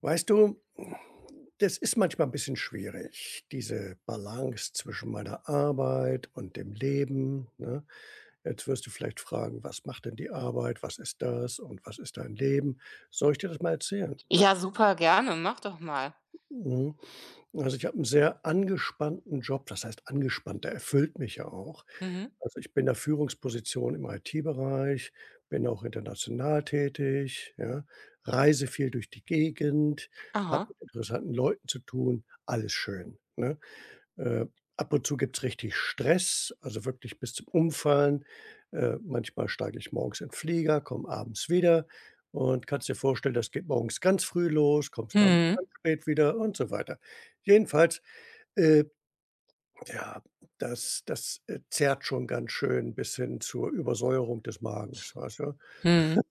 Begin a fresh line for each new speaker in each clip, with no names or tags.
Weißt du, das ist manchmal ein bisschen schwierig, diese Balance zwischen meiner Arbeit und dem Leben, ne? Jetzt wirst du vielleicht fragen: „Was macht denn die Arbeit? Was ist das und was ist dein Leben?" Soll ich dir das mal erzählen?
Ja, super gerne, mach doch mal.
Mhm. Also, ich habe einen sehr angespannten Job. Das heißt angespannt? Der erfüllt mich ja auch.
Mhm.
Also, ich bin in der Führungsposition im IT-Bereich, bin auch international tätig, ja, reise viel durch die Gegend, habe
Aha.
mit interessanten Leuten zu tun, alles schön, ne? Äh, ab und zu gibt's richtig Stress, also wirklich bis zum Umfallen. Manchmal steige ich morgens in 'n Flieger, komme abends wieder und kannst dir vorstellen, das geht morgens ganz früh los, kommst abends
Mhm.
ganz spät wieder und so weiter. Jedenfalls, äh ja, das, zerrt schon ganz schön bis hin zur Übersäuerung des Magens, weißt du?
Mhm.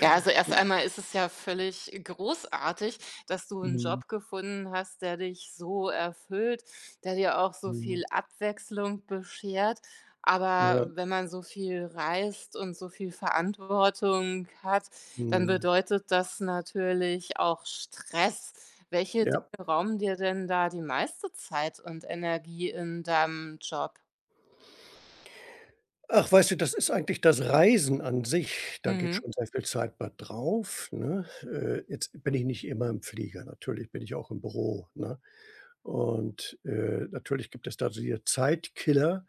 Ja, also erst einmal ist es ja völlig großartig, dass du einen
Mhm,
Job gefunden hast, der dich so erfüllt, der dir auch so
mhm,
viel Abwechslung beschert.
ja,
Aber wenn man so viel reist und so viel Verantwortung hat, dann
mhm,
bedeutet das natürlich auch Stress. Welche
ja.
Dinge rauben dir denn da die meiste Zeit und Energie in deinem Job?
Ach, weißt du, das ist eigentlich das Reisen an sich. Da geht
Mhm.
schon sehr viel Zeit bei drauf, ne? Jetzt bin ich nicht immer im Flieger, natürlich bin ich auch im Büro, ne? Und, natürlich gibt es da diese Zeitkiller.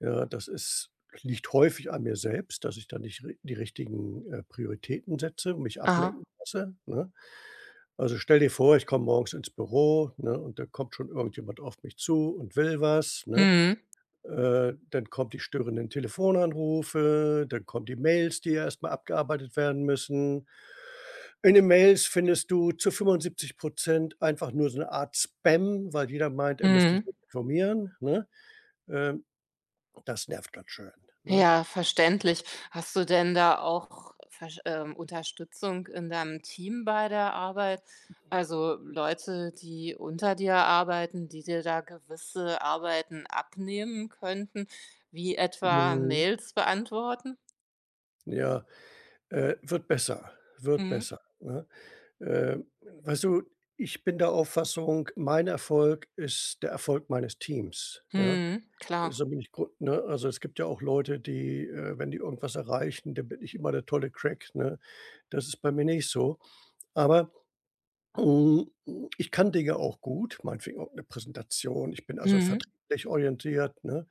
Ja, das ist liegt häufig an mir selbst, dass ich da nicht ri die richtigen, Prioritäten setze und mich
Aha.
ablenken lasse, ne? Also, stell dir vor, ich komme morgens ins Büro, ne, und da kommt schon irgendjemand auf mich zu und will was, ne?
Mhm,
Dann kommt die störenden Telefonanrufe, dann kommen die Mails, die ja erst abgearbeitet werden müssen. In den Mails findest du zu 75 einfach nur so eine Art Spam, weil jeder meint, er müsste dich
mhm.
informieren, ne? Ähm, das nervt ganz schön, ne?
Ja, verständlich. Hast du denn da auch versch Unterstützung in deinem Team bei der Arbeit? Also Leute, die unter dir arbeiten, die dir da gewisse Arbeiten abnehmen könnten, wie etwa
Mhm,
Mails beantworten?
ja. Wird besser, wird
Mhm,
besser, ne? Weißt du, ich bin der Auffassung, mein Erfolg ist der Erfolg meines Teams, ja?
mhm, klar.
So bin ich grund ne? Also, es gibt ja auch Leute, die, wenn die irgendwas erreichen, dann bin ich immer der tolle Crack, ne? Das ist bei mir nicht so. Aber, hm, ich kann Dinge auch gut, meinetwegen auch eine Präsentation. Ich bin also
Mhm,
vertrieblich orientiert, ne?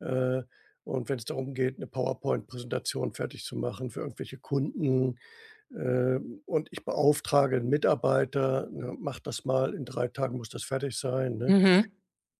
Äh, und wenn's darum geht, eine PowerPoint-Präsentation fertig zu machen für irgendwelche Kunden, und ich beauftrage 'n Mitarbeiter, ne: „Mach das mal, in 3 Tagen muss das fertig sein", ne?
mhm.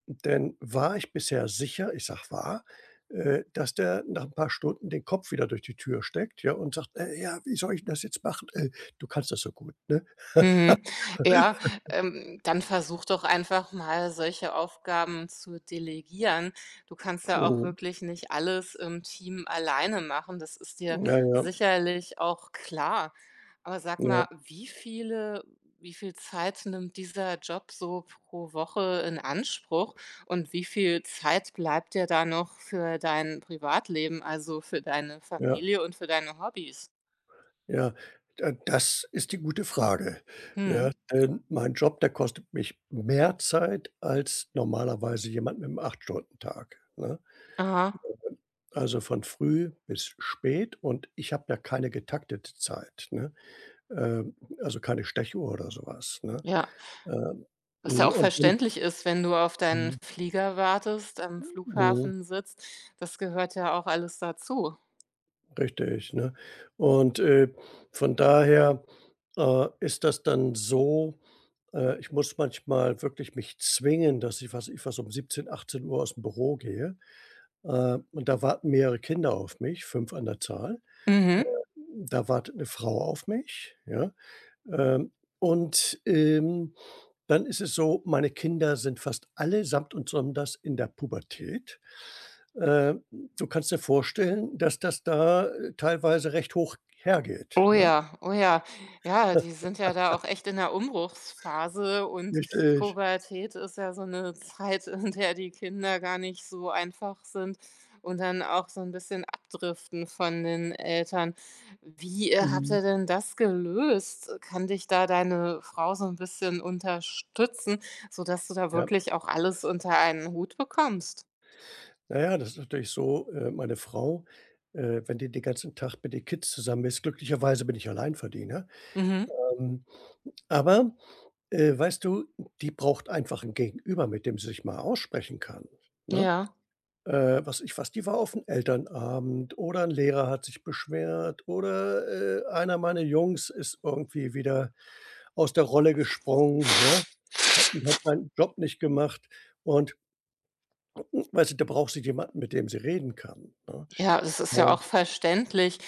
Denn war ich bisher sicher, ich sage war, dass der nach 'n paar Stunden den Kopf wieder durch die Tür steckt, ja, und sagt: „Ja, wie soll ich 'n das jetzt machen? Du kannst das so gut", ne?
Mhm. Ja, dann versuch doch einfach mal, solche Aufgaben zu delegieren. Du kannst ja auch
Mhm.
wirklich nicht alles im Team alleine machen. Das ist dir
Ja, ja,
sicherlich auch klar. Aber sag
ja,
mal, wie viel Zeit nimmt dieser Job so pro Woche in Anspruch und wie viel Zeit bleibt dir da noch für dein Privatleben, also für deine
ja,
Familie und für deine Hobbys?
ja. Da das ist die gute Frage, ja,
Mhm.
denn mein Job, der kostet mich mehr Zeit als normalerweise jemand mit 'nem 8-Stunden-Tag, ne?
Aha.
Also, von früh bis spät und ich habe ja keine getaktete Zeit, ne? Ähm, also, keine Stechuhr oder sowas, ne?
Ja.
Ähm,
Was ja
hm,
auch
und dann
verständlich ist, wenn du auf deinen
mhm,
Flieger wartest, am
mhm,
Flughafen sitzt. Das gehört ja auch alles dazu.
richtig, ne? Und, von daher, ist das dann so, ich muss manchmal wirklich mich zwingen, dass ich was um 17:00, 18:00 aus'm Büro gehe. Und da warten mehrere Kinder auf mich, 5 an der Zahl. Äh,
Mhm.
da wartet 'ne Frau auf mich, ja? Ähm, und, dann ist es so, meine Kinder sind fast alle samt und sonders in der Pubertät. Äh, du kannst dir vorstellen, dass das da, teilweise recht hoch hergeht,
Oh
ne?
ja, oh ja. Ja, die sind ja da auch echt in der Umbruchsphase, und
Richtig.
Pubertät ist ja so eine Zeit, in der die Kinder gar nicht so einfach sind und dann auch so ein bisschen abdriften von den Eltern. Wie habt
Mhm.
ihr denn das gelöst? Kann dich da deine Frau so ein bisschen unterstützen, sodass du da
Ja.
wirklich auch alles unter einen Hut bekommst?
Naja, das ist natürlich so, meine Frau, wenn die den ganzen Tag mit den Kids zusammen ist, glücklicherweise bin ich Alleinverdiener,
Mhm,
ähm, aber, weißt du, die braucht einfach ein Gegenüber, mit dem sie sich mal aussprechen kann, ne?
ja.
Was ich was die war aufm Elternabend oder 'n Lehrer hat sich beschwert oder, einer meiner Jungs ist irgendwie wieder aus der Rolle gesprungen, ja, hat seinen Job nicht gemacht und weißt du, da braucht sie jemanden, mit dem sie reden kann, ne?
Ja, das ist ja auch
Und
verständlich.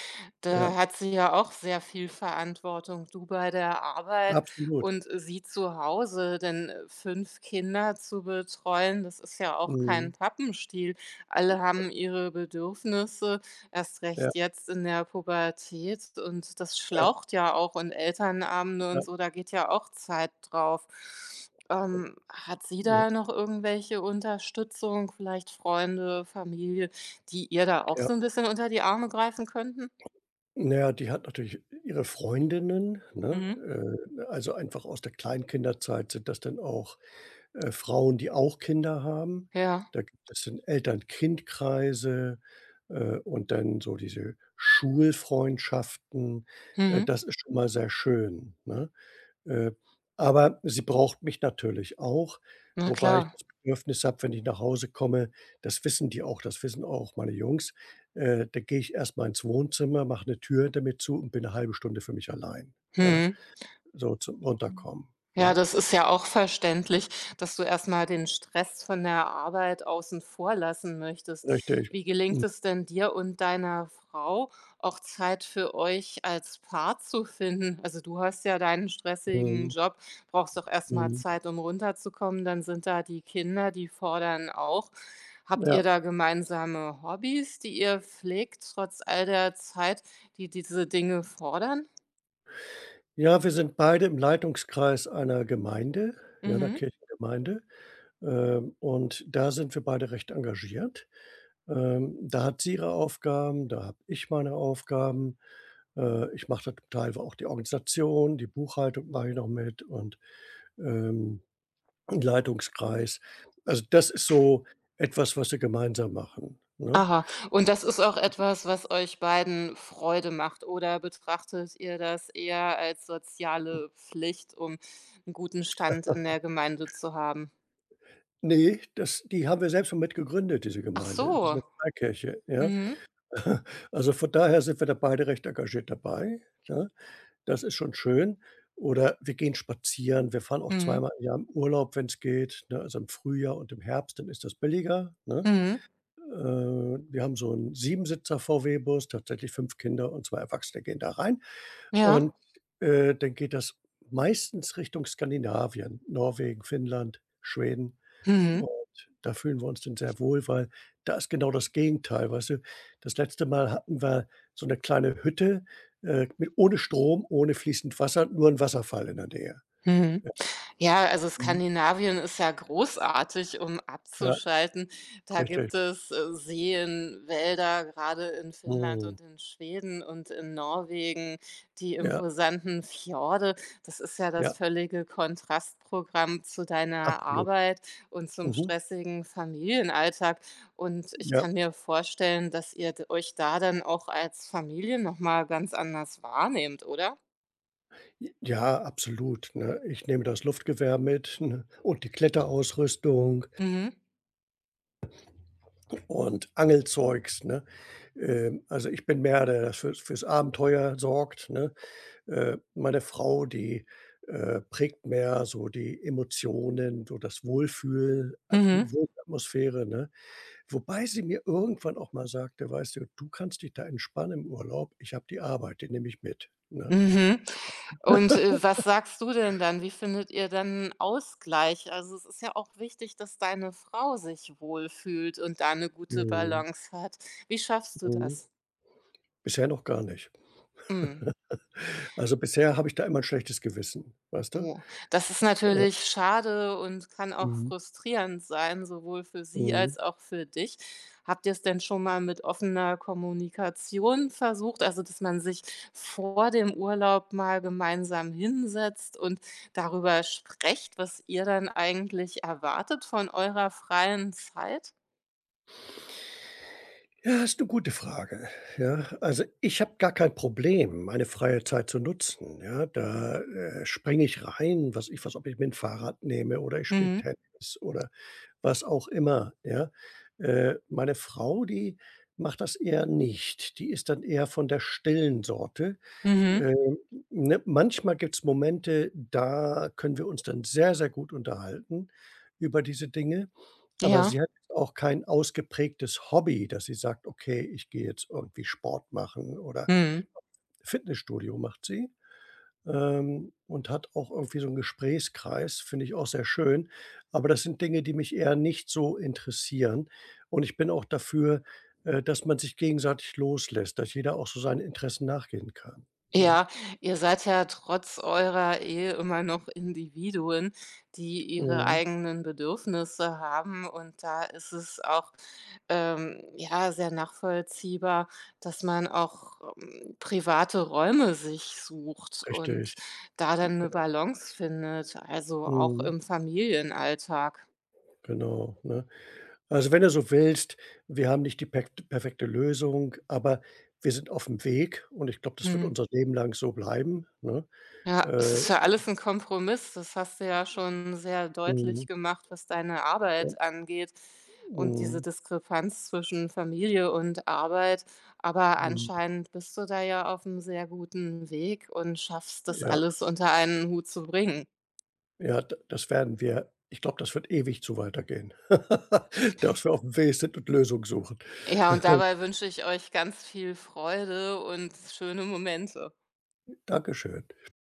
Da
ja,
hat sie ja auch sehr viel Verantwortung, du bei der Arbeit
absolut.
und sie zu Hause, denn 5 Kinder zu betreuen, das ist ja auch
Mhm.
kein Pappenstiel. Alle haben ihre Bedürfnisse, erst
Ja,
recht jetzt in der Pubertät, und das
ja,
schlaucht ja auch, und Elternabende
ja,
und so, da geht ja auch Zeit drauf. Hat sie
ja,
da noch irgendwelche Unterstützung, vielleicht Freunde, Familie? Die ihr da auch
ja.
so 'n bisschen unter die Arme greifen könnten?
Na ja, die hat natürlich ihre Freundinnen, ne?
Mhm.
Also einfach aus der Kleinkinderzeit sind das dann auch, Frauen, die auch Kinder haben.
Ja.
Da gibt es dann Eltern-Kind-Kreise, und dann so diese Schulfreundschaften. Äh,
Mhm.
das ist schon mal sehr schön, ne? Äh, aber sie braucht mich natürlich auch,
Na
wobei ich
klar.
das Bedürfnis habe, wenn ich nach Hause komme, das wissen die auch, das wissen auch meine Jungs, da gehe ich erst mal ins Wohnzimmer, mache eine Tür damit zu und bin eine halbe Stunde für mich allein, ja,
Mhm.
so zum Runterkommen,
Ja,
ne?
das ist ja auch verständlich, dass du erst mal den Stress von der Arbeit außen vor lassen möchtest.
Richtig.
Wie
Mhm.
gelingt es denn dir und deiner Frau, auch Zeit für euch als Paar zu finden? Also, du hast ja deinen stressigen
Mhm.
Job, brauchst doch erst mal
Mhm.
Zeit, um runterzukommen. Dann sind da die Kinder, die fordern auch. Habt ihr
Ja.
da gemeinsame Hobbys, die ihr pflegt, trotz all der Zeit, die diese Dinge fordern?
Ja, wir sind beide im Leitungskreis einer Gemeinde, ja, 'ner
Mhm.
Kirchengemeinde, und da sind wir beide recht engagiert. Da hat sie ihre Aufgaben, da habe ich meine Aufgaben. Ich mache da teilweise auch die Organisation, die Buchhaltung mache ich noch mit und, ähm, den Leitungskreis. Also, das ist so etwas, was wir gemeinsam machen, ne?
Aha, und das ist auch etwas, was euch beiden Freude macht, oder betrachtet ihr das eher als soziale Pflicht, um einen guten Stand in der Gemeinde zu haben?
nee, das die haben wir selbst mal mit gegründet, diese
Ach
Gemeinde. Das ist eine
so.
Freikirche, ja?
Mhm.
Also, von daher sind wir da beide recht engagiert dabei, ne? Das ist schon schön. Oder wir gehen spazieren. Wir fahren auch
Mhm.
zweimal im Jahr in Urlaub, wenn es geht, ne? Also, im Frühjahr und im Herbst, dann ist das billiger, ne?
Mhm.
Wir haben so einen Siebensitzer VW-Bus, tatsächlich 5 Kinder und 2 Erwachsene gehen da rein.
Ja.
Und, dann geht das meistens Richtung Skandinavien, Norwegen, Finnland, Schweden. Und
Mhm.
da fühlen wir uns dann sehr wohl, weil da ist genau das Gegenteil, weißt du? Das letzte Mal hatten wir so 'ne kleine Hütte, mit ohne Strom, ohne fließend Wasser, nur 'n Wasserfall in der Nähe.
Mhm.
Ja,
Ja, also
mhm.
Skandinavien ist ja großartig, um
Ja,
abzuschalten. Da
richtig.
gibt es Seen, Wälder, gerade in Finnland
Mhm.
und in Schweden und in Norwegen, die
Ja,
imposanten Fjorde. Das ist ja das
ja,
völlige Kontrastprogramm zu deiner
absolut.
Arbeit und zum
Mhm.
stressigen Familienalltag. Und ich
Ja.
kann mir vorstellen, dass ihr euch da dann auch als Familie nochmal ganz anders wahrnehmt, oder?
J ja, absolut, ne? Ich nehme das Luftgewehr mit, ne, und die Kletterausrüstung
Mhm.
und Angelzeugs, ne? Also, ich bin mehr der, der fürs Abenteuer sorgt, ne? Meine Frau, die, prägt mehr so die Emotionen, so das Wohlfühl a die
Mhm.
Wohlatmosphäre, ne? Wobei sie mir irgendwann auch mal sagte: „Weißt du, du kannst dich da entspannen im Urlaub. Ich habe die Arbeit, die nehme ich mit", ne?
Mhm. Und, was sagst du denn dann? Wie findet ihr dann 'n Ausgleich? Also, es ist ja auch wichtig, dass deine Frau sich wohlfühlt und da eine gute
Mhm,
Balance hat. Wie schaffst du
mhm.
das?
Bisher noch gar nicht.
Mhm.
Also, bisher habe ich da immer ein schlechtes Gewissen, weißt du?
Oh, das ist
Äh,
natürlich schade und kann auch
mhm,
frustrierend sein, sowohl für sie
mhm.
als auch für dich. Habt ihr es denn schon mal mit offener Kommunikation versucht? Also, dass man sich vor dem Urlaub mal gemeinsam hinsetzt und darüber sprecht, was ihr dann eigentlich erwartet von eurer freien Zeit?
Ja, ist eine gute Frage. Ja, also, ich habe gar kein Problem, meine freie Zeit zu nutzen, ja? Da, springe ich rein, was ich was ob ich mir ein Fahrrad nehme oder ich spiele
Mhm.
Tennis oder was auch immer, ja? Meine Frau, die macht das eher nicht. Die ist dann eher von der stillen Sorte.
Mhm.
Ähm, ne, manchmal gibt's Momente, da können wir uns dann sehr, sehr gut unterhalten über diese Dinge, aber sie
Ja.
hat jetzt auch kein ausgeprägtes Hobby, dass sie sagt: „Okay, ich gehe jetzt irgendwie Sport machen" oder
Mhm.
Fitnessstudio macht sie, und hat auch irgendwie so einen Gesprächskreis, finde ich auch sehr schön. Aber das sind Dinge, die mich eher nicht so interessieren und ich bin auch dafür, dass man sich gegenseitig loslässt, dass jeder auch so seinen Interessen nachgehen kann, ne?
Ja, ihr seid ja trotz eurer Ehe immer noch Individuen, die ihre
Mhm.
eigenen Bedürfnisse haben. Und da ist es auch ja, sehr nachvollziehbar, dass man auch private Räume sich sucht
Richtig.
und da dann eine Balance findet, also auch
Mhm.
im Familienalltag.
Genau, ne? Also, wenn du so willst, wir haben nicht die pekt perfekte Lösung, aber wir sind auf'm Weg und ich glaube, das wird
Mhm.
unser Leben lang so bleiben, ne?
Ja,
Äh,
es ist ja alles ein Kompromiss. Das hast du ja schon sehr
mhm,
deutlich gemacht, was deine
ja,
Arbeit angeht und diese
mhm,
Diskrepanz zwischen Familie und Arbeit. Aber
mhm.
anscheinend bist du da ja auf einem sehr guten Weg und schaffst das
Ja,
alles unter einen Hut zu bringen.
ja, d das werden wir ich glaube, das wird ewig so weitergehen, dass wir auf'm Weg sind und Lösungen suchen.
Ja, und dabei wünsche ich euch ganz viel Freude und schöne Momente.
Dankeschön.